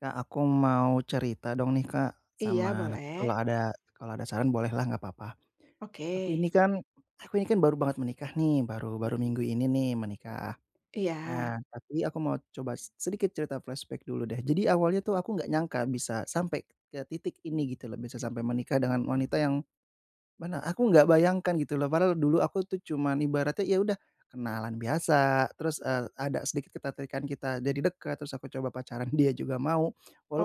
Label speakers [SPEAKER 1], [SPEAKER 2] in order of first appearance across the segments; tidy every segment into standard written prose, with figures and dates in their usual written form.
[SPEAKER 1] Kak, aku mau cerita dong nih, Kak,
[SPEAKER 2] Iya
[SPEAKER 1] sama nanti
[SPEAKER 2] boleh.
[SPEAKER 1] kalau ada saran bolehlah nggak apa-apa.
[SPEAKER 2] Oke.
[SPEAKER 1] Aku ini kan aku ini kan baru banget menikah nih, baru baru minggu ini nih menikah.
[SPEAKER 2] Iya.
[SPEAKER 1] Nah, tapi aku mau coba sedikit cerita flashback dulu deh. Jadi awalnya tuh aku nggak nyangka bisa sampai ke titik ini gitu loh, bisa sampai menikah dengan wanita yang bener, aku nggak bayangkan gitu loh, padahal dulu aku tuh cuman ibaratnya ya udah kenalan biasa, terus, ada sedikit ketertarikan, kita jadi dekat, terus aku coba pacaran, dia juga mau.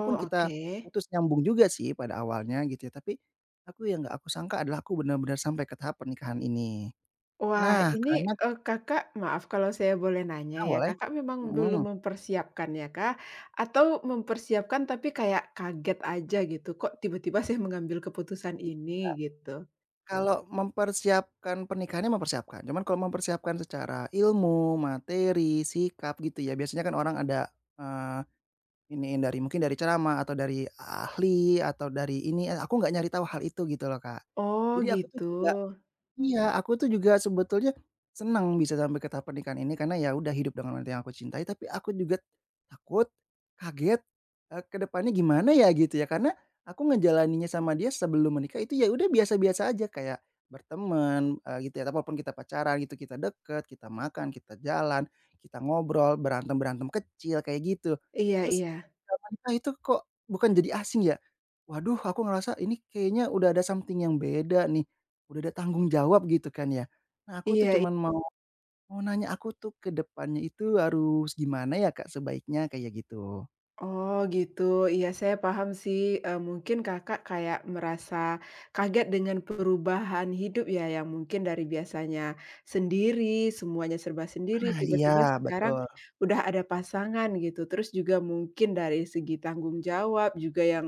[SPEAKER 2] Oh
[SPEAKER 1] kita
[SPEAKER 2] oke.
[SPEAKER 1] putus nyambung juga sih pada awalnya gitu ya, tapi aku yang nggak aku sangka adalah aku benar-benar sampai ke tahap pernikahan ini.
[SPEAKER 2] Wah
[SPEAKER 1] Nah,
[SPEAKER 2] ini, Kakak maaf kalau saya boleh nanya
[SPEAKER 1] ah,
[SPEAKER 2] ya,
[SPEAKER 1] boleh?
[SPEAKER 2] Kakak memang belum
[SPEAKER 1] Mhm,
[SPEAKER 2] mempersiapkan ya kak, atau mempersiapkan tapi kayak kaget aja gitu, kok tiba-tiba saya mengambil keputusan
[SPEAKER 1] iya.
[SPEAKER 2] ini gitu?
[SPEAKER 1] Kalau mempersiapkan pernikahannya mempersiapkan, cuman kalau mempersiapkan secara ilmu, materi, sikap gitu ya, biasanya kan orang ada, eee iniin dari mungkin dari ceramah atau dari ahli atau dari ini, aku nggak nyari tahu hal itu gitu loh, Kak.
[SPEAKER 2] Oh
[SPEAKER 1] Jadi aku tuh
[SPEAKER 2] gitu.
[SPEAKER 1] juga. Iya, aku tuh juga sebetulnya senang bisa sampai ke tahap pernikahan ini karena ya udah hidup dengan wanita yang aku cintai, tapi aku juga takut, kaget, ke depannya gimana ya gitu ya, karena aku ngejalaninnya sama dia sebelum menikah itu ya udah biasa-biasa aja kayak berteman, gitu ya, walaupun kita pacaran gitu, kita deket, kita makan, kita jalan, kita ngobrol, berantem-berantem kecil kayak gitu.
[SPEAKER 2] Iya
[SPEAKER 1] Terus
[SPEAKER 2] iya.
[SPEAKER 1] ketika menikah itu kok bukan jadi asing ya, waduh aku ngerasa ini kayaknya udah ada something yang beda nih. Udah ada tanggung jawab gitu kan ya. Nah, aku tuh
[SPEAKER 2] Iya.
[SPEAKER 1] cuman mau mau nanya, aku tuh ke depannya itu harus gimana ya Kak, sebaiknya kayak gitu?
[SPEAKER 2] Oh gitu, iya saya paham sih, mungkin Kakak kayak merasa kaget dengan perubahan hidup ya, yang mungkin dari biasanya sendiri, semuanya serba sendiri,
[SPEAKER 1] Nah iya
[SPEAKER 2] tiba-tiba sekarang
[SPEAKER 1] betul.
[SPEAKER 2] udah ada pasangan gitu. Terus juga mungkin dari segi tanggung jawab juga yang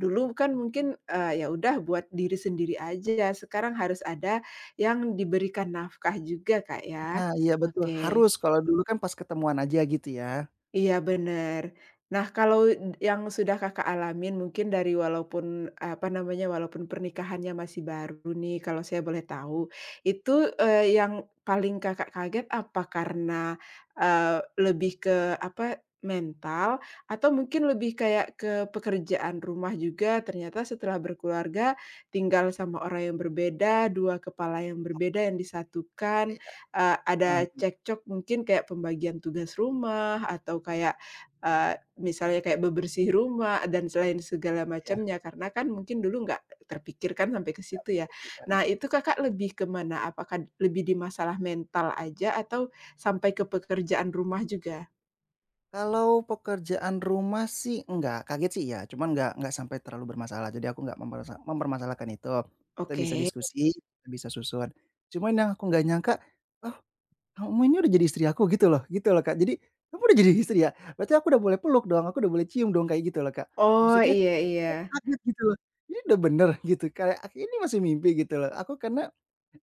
[SPEAKER 2] dulu kan mungkin, ya udah buat diri sendiri aja, sekarang harus ada yang diberikan nafkah juga Kak ya.
[SPEAKER 1] Nah iya betul,
[SPEAKER 2] Oke.
[SPEAKER 1] harus, kalau dulu kan pas ketemuan aja gitu ya.
[SPEAKER 2] Iya benar. Nah kalau yang sudah Kakak alamin mungkin dari walaupun, apa namanya, walaupun pernikahannya masih baru nih kalau saya boleh tahu, itu, yang paling Kakak kaget apa karena, lebih ke, apa, mental atau mungkin lebih kayak ke pekerjaan rumah juga ternyata setelah berkeluarga tinggal sama orang yang berbeda, dua kepala yang berbeda
[SPEAKER 1] Oke,
[SPEAKER 2] yang disatukan,
[SPEAKER 1] kayak, heeh,
[SPEAKER 2] ada
[SPEAKER 1] mhm,
[SPEAKER 2] cekcok mungkin kayak pembagian tugas rumah atau kayak, eee, misalnya kayak bebersih rumah dan selain segala
[SPEAKER 1] iya,
[SPEAKER 2] macamnya, karena kan mungkin dulu nggak terpikirkan sampai ke situ ya.
[SPEAKER 1] gitu kan.
[SPEAKER 2] Nah, itu Kakak lebih kemana? Apakah lebih di masalah mental aja atau sampai ke pekerjaan rumah juga?
[SPEAKER 1] Kalau pekerjaan rumah sih enggak, kaget sih ya, cuman enggak sampai terlalu bermasalah, jadi aku enggak mempermasalahkan itu. Kita bisa
[SPEAKER 2] Oke.
[SPEAKER 1] diskusi, kita bisa susun. Cuman yang aku nggak nyangka, oh, "Kamu ini udah jadi istri aku?" Gitu loh, Kak. Jadi, "Kamu udah jadi istri ya? Berarti aku udah boleh peluk dong, aku udah boleh cium dong?" Kayak gitu loh, Kak.
[SPEAKER 2] Oh,
[SPEAKER 1] Maksudnya
[SPEAKER 2] iya iya.
[SPEAKER 1] kaget gitu loh, ini udah bener gitu, kayak ini masih mimpi gitu loh aku, karena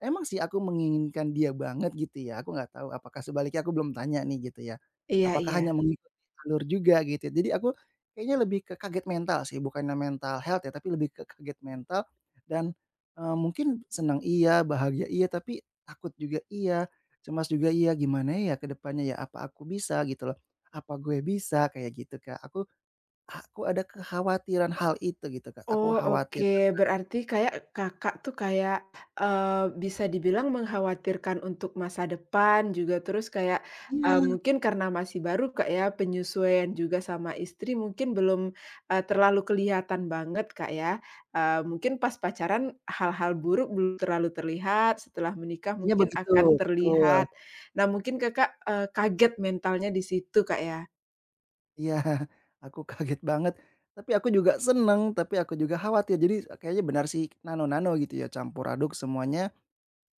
[SPEAKER 1] emang sih aku menginginkan dia banget gitu ya, aku nggak tahu apakah sebaliknya, aku belum tanya nih gitu ya,
[SPEAKER 2] Iya
[SPEAKER 1] apakah
[SPEAKER 2] iya.
[SPEAKER 1] hanya mengikuti alur juga gitu, jadi aku kayaknya lebih ke kaget mental sih, bukannya mental health ya, tapi lebih ke kaget mental dan, mungkin senang iya, bahagia iya, tapi takut juga iya, cemas juga iya, gimana ya ke depannya ya, apa aku bisa gitu loh, apa gue bisa kayak gitu, Kak, aku ada kekhawatiran hal itu gitu, Kak, aku
[SPEAKER 2] Oh, oke.
[SPEAKER 1] khawatir.
[SPEAKER 2] Berarti kayak Kakak tuh kayak, bisa dibilang mengkhawatirkan untuk masa depan juga, terus kayak,
[SPEAKER 1] Iya.
[SPEAKER 2] mungkin karena masih baru Kak ya, penyesuaian juga sama istri mungkin belum, terlalu kelihatan banget Kak ya. Mungkin pas pacaran hal-hal buruk belum terlalu terlihat, setelah menikah
[SPEAKER 1] Intinya
[SPEAKER 2] mungkin
[SPEAKER 1] begitu,
[SPEAKER 2] akan
[SPEAKER 1] betul.
[SPEAKER 2] terlihat. Nah mungkin Kakak, kaget mentalnya di situ Kak ya?
[SPEAKER 1] Iya, aku kaget banget, tapi aku juga seneng, tapi aku juga khawatir. Jadi kayaknya benar sih, nano-nano gitu ya, campur aduk semuanya.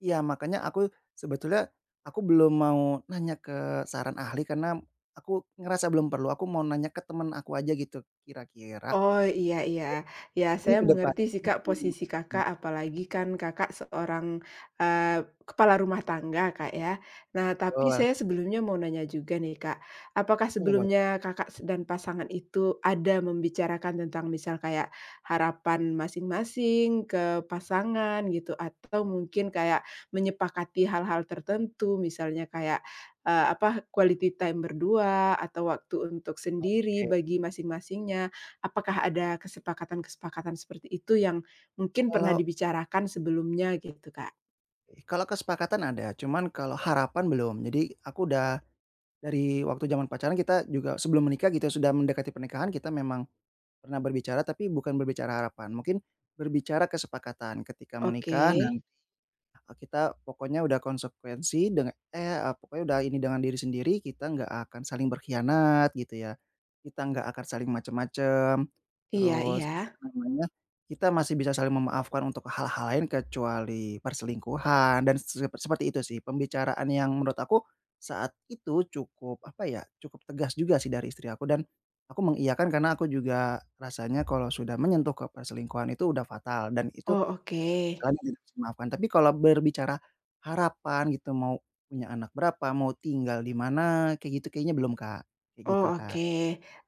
[SPEAKER 1] Iya, makanya aku sebetulnya aku belum mau nanya ke saran ahli karena aku ngerasa belum perlu, aku mau nanya ke temen aku aja gitu, kira-kira
[SPEAKER 2] Oh, iya iya. Ya, saya
[SPEAKER 1] ini ke
[SPEAKER 2] mengerti
[SPEAKER 1] depannya
[SPEAKER 2] sih, Kak,
[SPEAKER 1] gitu
[SPEAKER 2] posisi
[SPEAKER 1] maksudnya.
[SPEAKER 2] Kakak, apalagi kan Kakak seorang, kepala rumah tangga, Kak, ya. Nah, tapi
[SPEAKER 1] Betul,
[SPEAKER 2] saya sebelumnya mau nanya juga nih, Kak, apakah
[SPEAKER 1] boleh boleh.
[SPEAKER 2] sebelumnya Kakak s dan pasangan itu ada membicarakan tentang misal kayak harapan masing-masing ke pasangan gitu, atau mungkin kayak menyepakati hal-hal tertentu, misalnya kayak, apa, quality time berdua atau waktu untuk sendiri bagi masing-masingnya. Apakah ada kesepakatan-kesepakatan seperti itu yang mungkin pernah
[SPEAKER 1] Kalau
[SPEAKER 2] dibicarakan sebelumnya gitu, Kak?
[SPEAKER 1] Kalau kesepakatan ada, cuman kalau harapan belum. Jadi aku udah dari waktu zaman pacaran kita juga, sebelum menikah gitu, sudah mendekati pernikahan kita memang pernah berbicara, tapi bukan berbicara harapan. Mungkin berbicara kesepakatan ketika
[SPEAKER 2] Oke.
[SPEAKER 1] menikah. Eee, kita pokoknya udah konsekuensi dengan pokoknya udah ini dengan diri sendiri, kita nggak akan saling berkhianat gitu ya. Kita nggak akan saling macem-macem,
[SPEAKER 2] Iya
[SPEAKER 1] terus
[SPEAKER 2] iya.
[SPEAKER 1] apa namanya, kita masih bisa saling memaafkan untuk hal-hal lain kecuali perselingkuhan dan seperti itu sih, pembicaraan yang menurut aku saat itu cukup apa ya, cukup tegas juga sih dari istri aku, dan aku mengiyakan karena aku juga rasanya kalau sudah menyentuh ke perselingkuhan itu udah fatal, dan itu
[SPEAKER 2] Oh, oke.
[SPEAKER 1] kesalahan yang tidak bisa dimaafkan. Tapi kalau berbicara harapan gitu, mau punya anak berapa, mau tinggal di mana, kayak gitu kayaknya belum, Kak, kayak gitu,
[SPEAKER 2] Oh oke,
[SPEAKER 1] Kak.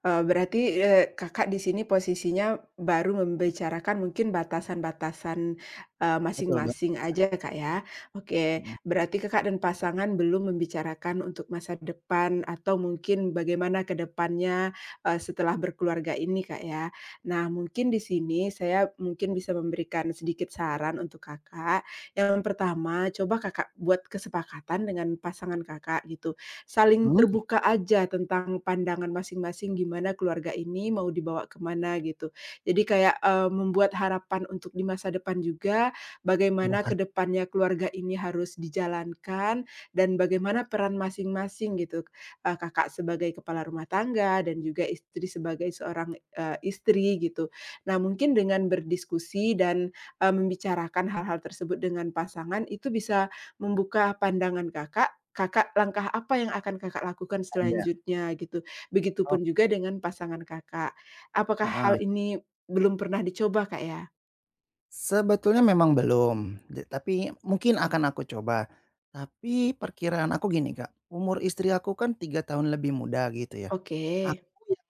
[SPEAKER 2] berarti, Kakak di sini posisinya baru membicarakan mungkin batasan-batasan,
[SPEAKER 1] Betul banget,
[SPEAKER 2] masing-masing
[SPEAKER 1] Kak.
[SPEAKER 2] aja ya, Kak, ya. Oke,
[SPEAKER 1] Mhm
[SPEAKER 2] berarti Kakak dan pasangan belum membicarakan untuk masa depan atau mungkin bagaimana ke depannya, setelah berkeluarga ini, Kak, ya. Nah mungkin di sini saya mungkin bisa memberikan sedikit saran untuk Kakak. Yang pertama, coba Kakak buat kesepakatan dengan pasangan Kakak gitu saling
[SPEAKER 1] mhm,
[SPEAKER 2] terbuka aja tentang pandangan masing-masing gimana keluarga ini mau dibawa kemana gitu. Jadi kayak, membuat harapan untuk di masa depan juga,
[SPEAKER 1] buat
[SPEAKER 2] bagaimana ke
[SPEAKER 1] harapan
[SPEAKER 2] depannya keluarga ini harus dijalankan dan bagaimana peran masing-masing gitu, Kakak sebagai kepala rumah tangga dan juga istri sebagai seorang, istri gitu. Nah mungkin dengan berdiskusi dan, membicarakan hal-hal tersebut dengan pasangan itu bisa membuka pandangan Kakak, Kakak langkah apa yang akan Kakak lakukan
[SPEAKER 1] ya.
[SPEAKER 2] selanjutnya gitu. Begitupun
[SPEAKER 1] Ok,
[SPEAKER 2] juga dengan pasangan Kakak. Apakah hal
[SPEAKER 1] heeh.
[SPEAKER 2] ini belum pernah dicoba, Kak, ya?
[SPEAKER 1] Sebetulnya memang belum, tapi mungkin akan aku coba. Tapi perkiraan aku gini, Kak, umur istri aku kan 3 tahun lebih muda gitu ya.
[SPEAKER 2] Oke.
[SPEAKER 1] Aku yang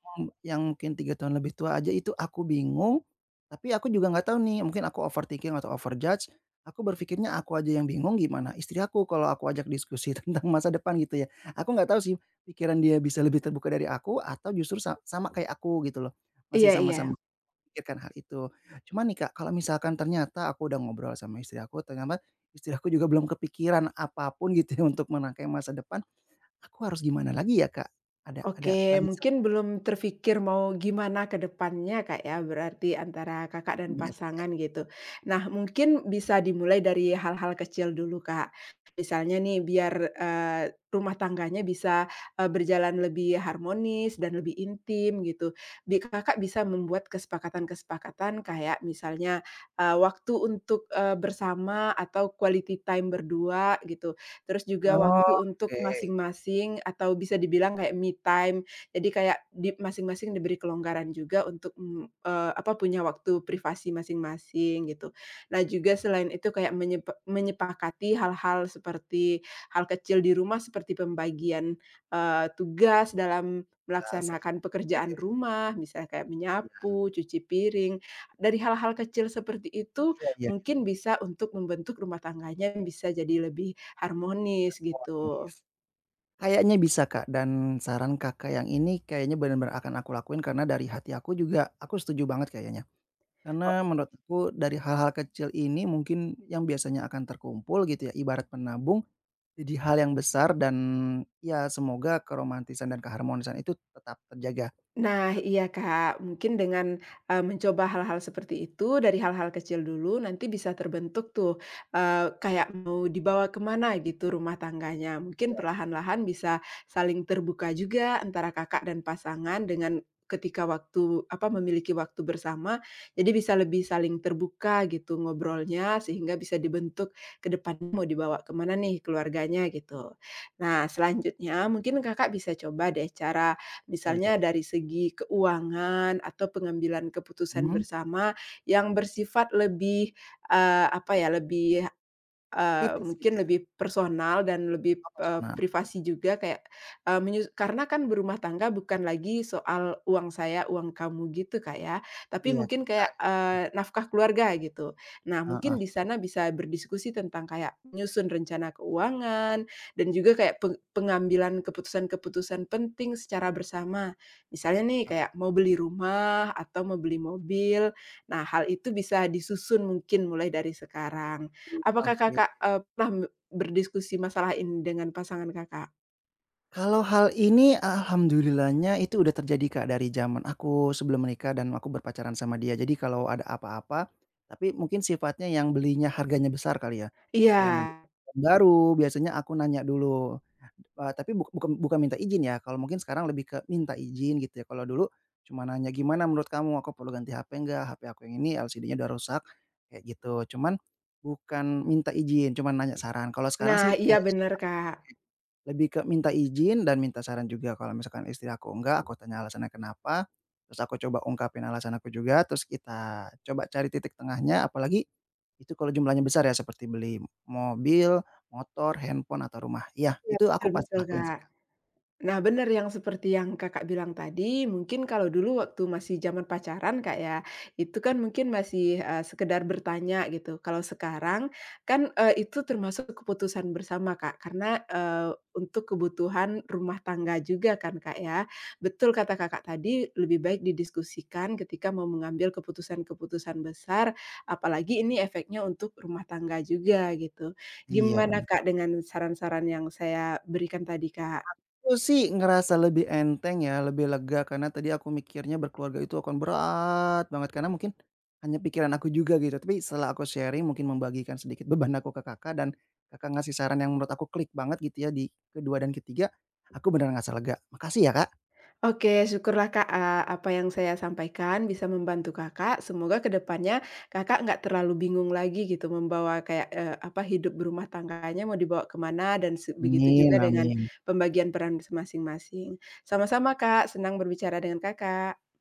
[SPEAKER 1] yang mungkin 3 tahun lebih tua aja itu aku bingung, tapi aku juga nggak tahu nih, mungkin aku overthinking atau overjudge. Aku berpikirnya aku aja yang bingung, gimana istri aku kalau aku ajak diskusi tentang masa depan gitu ya. Aku nggak tahu sih pikiran dia bisa lebih terbuka dari aku atau justru sama kayak aku gitu loh, masih
[SPEAKER 2] Iya iya.
[SPEAKER 1] sama-sama memikirkan hal itu. Cuman nih Kak, kalau misalkan ternyata aku udah ngobrol sama istri aku, ternyata istri aku juga belum kepikiran apapun gitu ya untuk menangkai masa depan, aku harus gimana lagi ya, Kak? Ada
[SPEAKER 2] Oke,
[SPEAKER 1] lagi
[SPEAKER 2] mungkin belum terfikir mau gimana ke depannya, Kak, ya, berarti antara Kakak dan
[SPEAKER 1] biasanya.
[SPEAKER 2] pasangan gitu. Nah, mungkin bisa dimulai dari hal-hal kecil dulu, Kak. Misalnya nih biar, rumah tangganya bisa, berjalan lebih harmonis dan lebih intim gitu. Bi Kakak bisa membuat kesepakatan-kesepakatan kayak misalnya, waktu untuk, bersama atau quality time berdua gitu terus juga
[SPEAKER 1] Oh,
[SPEAKER 2] waktu untuk
[SPEAKER 1] oke,
[SPEAKER 2] masing-masing atau bisa dibilang kayak me time. Jadi kayak di masing-masing diberi kelonggaran juga untuk, apa, punya waktu privasi masing-masing gitu. Nah juga selain itu kayak menyepakati hal-hal seperti hal kecil di rumah seperti pembagian, tugas dalam
[SPEAKER 1] gas, oke,
[SPEAKER 2] melaksanakan pekerjaan rumah, misalnya kayak
[SPEAKER 1] iya
[SPEAKER 2] menyapu, cuci piring. Dari hal-hal kecil seperti itu
[SPEAKER 1] iya iya,
[SPEAKER 2] mungkin bisa untuk membentuk rumah tangganya yang bisa jadi lebih harmonis gitu.
[SPEAKER 1] ironis. Kayaknya bisa, Kak, dan saran Kakak yang ini kayaknya bener-bener akan aku lakuin karena dari hati aku juga aku setuju banget kayaknya. Karena menurut aku dari hal-hal kecil ini mungkin yang biasanya akan terkumpul gitu ya, ibarat menabung jadi hal yang besar, dan ya semoga keromantisan dan keharmonisan itu tetap terjaga.
[SPEAKER 2] Nah, iya Kak, mungkin dengan, mencoba hal-hal seperti itu dari hal-hal kecil dulu nanti bisa terbentuk tuh, kayak mau dibawa kemana gitu rumah tangganya. Mungkin
[SPEAKER 1] Iya,
[SPEAKER 2] perlahan-lahan bisa saling terbuka juga antara Kakak dan pasangan dengan ketika waktu apa, memiliki waktu bersama, jadi bisa lebih saling terbuka gitu ngobrolnya sehingga bisa dibentuk ke depan mau dibawa kemana nih keluarganya gitu. Nah, selanjutnya mungkin Kakak bisa coba deh cara
[SPEAKER 1] apa itu,
[SPEAKER 2] misalnya
[SPEAKER 1] Kak?
[SPEAKER 2] dari segi keuangan atau pengambilan keputusan
[SPEAKER 1] Mhm,
[SPEAKER 2] bersama yang bersifat lebih, apa ya, lebih
[SPEAKER 1] kritis gitu
[SPEAKER 2] mungkin
[SPEAKER 1] ya?
[SPEAKER 2] lebih personal dan lebih,
[SPEAKER 1] Oh, personal.
[SPEAKER 2] privasi juga kayak, menyus karena kan berumah tangga bukan lagi soal uang saya, uang kamu gitu, Kak, ya, tapi
[SPEAKER 1] Iya,
[SPEAKER 2] mungkin
[SPEAKER 1] kita,
[SPEAKER 2] kayak,
[SPEAKER 1] ya.
[SPEAKER 2] nafkah keluarga gitu. Nah, mungkin
[SPEAKER 1] Heeh,
[SPEAKER 2] di sana bisa berdiskusi tentang kayak menyusun rencana keuangan dan juga kayak pengambilan keputusan-keputusan penting secara bersama. Misalnya nih
[SPEAKER 1] heeh,
[SPEAKER 2] kayak mau beli rumah atau mau beli mobil. Nah, hal itu bisa disusun mungkin mulai dari sekarang. Apakah
[SPEAKER 1] oke.
[SPEAKER 2] Kakak, pernah berdiskusi masalah ini dengan pasangan Kakak?
[SPEAKER 1] Kalau hal ini alhamdulillahnya itu udah terjadi, Kak, dari zaman aku sebelum menikah dan aku berpacaran sama dia. Jadi kalau ada apa-apa, tapi mungkin sifatnya yang belinya harganya besar kali ya,
[SPEAKER 2] Iya.
[SPEAKER 1] kayak mobil baru, biasanya aku nanya dulu, tapi bukan minta izin ya, kalau mungkin sekarang lebih ke minta izin gitu ya. Kalau dulu cuma nanya, "Gimana menurut kamu, aku perlu ganti HP enggak? HP aku yang ini LCD-nya udah rusak," kayak gitu. Cuman bukan minta izin, cuman nanya saran. Kalau sekarang
[SPEAKER 2] Nah,
[SPEAKER 1] sih
[SPEAKER 2] iya
[SPEAKER 1] kayak
[SPEAKER 2] bener Kak.
[SPEAKER 1] lebih ke minta izin dan minta saran juga, kalau misalkan istri aku enggak, aku tanya alasannya kenapa, terus aku coba ungkapin alasan aku juga, terus kita coba cari titik tengahnya, apalagi itu kalau jumlahnya besar ya, seperti beli mobil, motor, handphone, atau rumah. Iya,
[SPEAKER 2] Iya,
[SPEAKER 1] itu aku
[SPEAKER 2] betul
[SPEAKER 1] pasti
[SPEAKER 2] betul
[SPEAKER 1] lakuin sih,
[SPEAKER 2] Kak.
[SPEAKER 1] Kak.
[SPEAKER 2] Nah, benar yang seperti yang Kakak bilang tadi, mungkin kalau dulu waktu masih zaman pacaran, Kak, ya, itu kan mungkin masih, sekedar bertanya gitu. Kalau sekarang kan, itu termasuk keputusan bersama, Kak, karena, untuk kebutuhan rumah tangga juga kan, Kak, ya. Betul kata Kakak tadi, lebih baik didiskusikan ketika mau mengambil keputusan-keputusan besar, apalagi ini efeknya untuk rumah tangga juga gitu.
[SPEAKER 1] Iya,
[SPEAKER 2] Gimana,
[SPEAKER 1] bener.
[SPEAKER 2] Kak, dengan saran-saran yang saya berikan tadi, Kak?
[SPEAKER 1] Aku sih ngerasa lebih enteng ya, lebih lega karena tadi aku mikirnya berkeluarga itu akan berat banget karena mungkin hanya pikiran aku juga gitu. Tapi setelah aku sharing, mungkin membagikan sedikit beban aku ke Kakak dan Kakak ngasih saran yang menurut aku klik banget gitu ya di kedua 2 dan ke-3, aku beneran ngerasa lega. Makasih ya, Kak.
[SPEAKER 2] Oke, syukurlah Kak, apa yang saya sampaikan bisa membantu Kakak. Semoga kedepannya Kakak nggak terlalu bingung lagi gitu membawa kayak, apa, hidup berumah tangganya mau dibawa kemana dan se begitu juga
[SPEAKER 1] Amin
[SPEAKER 2] dengan
[SPEAKER 1] amin.
[SPEAKER 2] pembagian peran se masing-masing. Sama-sama Kak, senang berbicara dengan Kakak.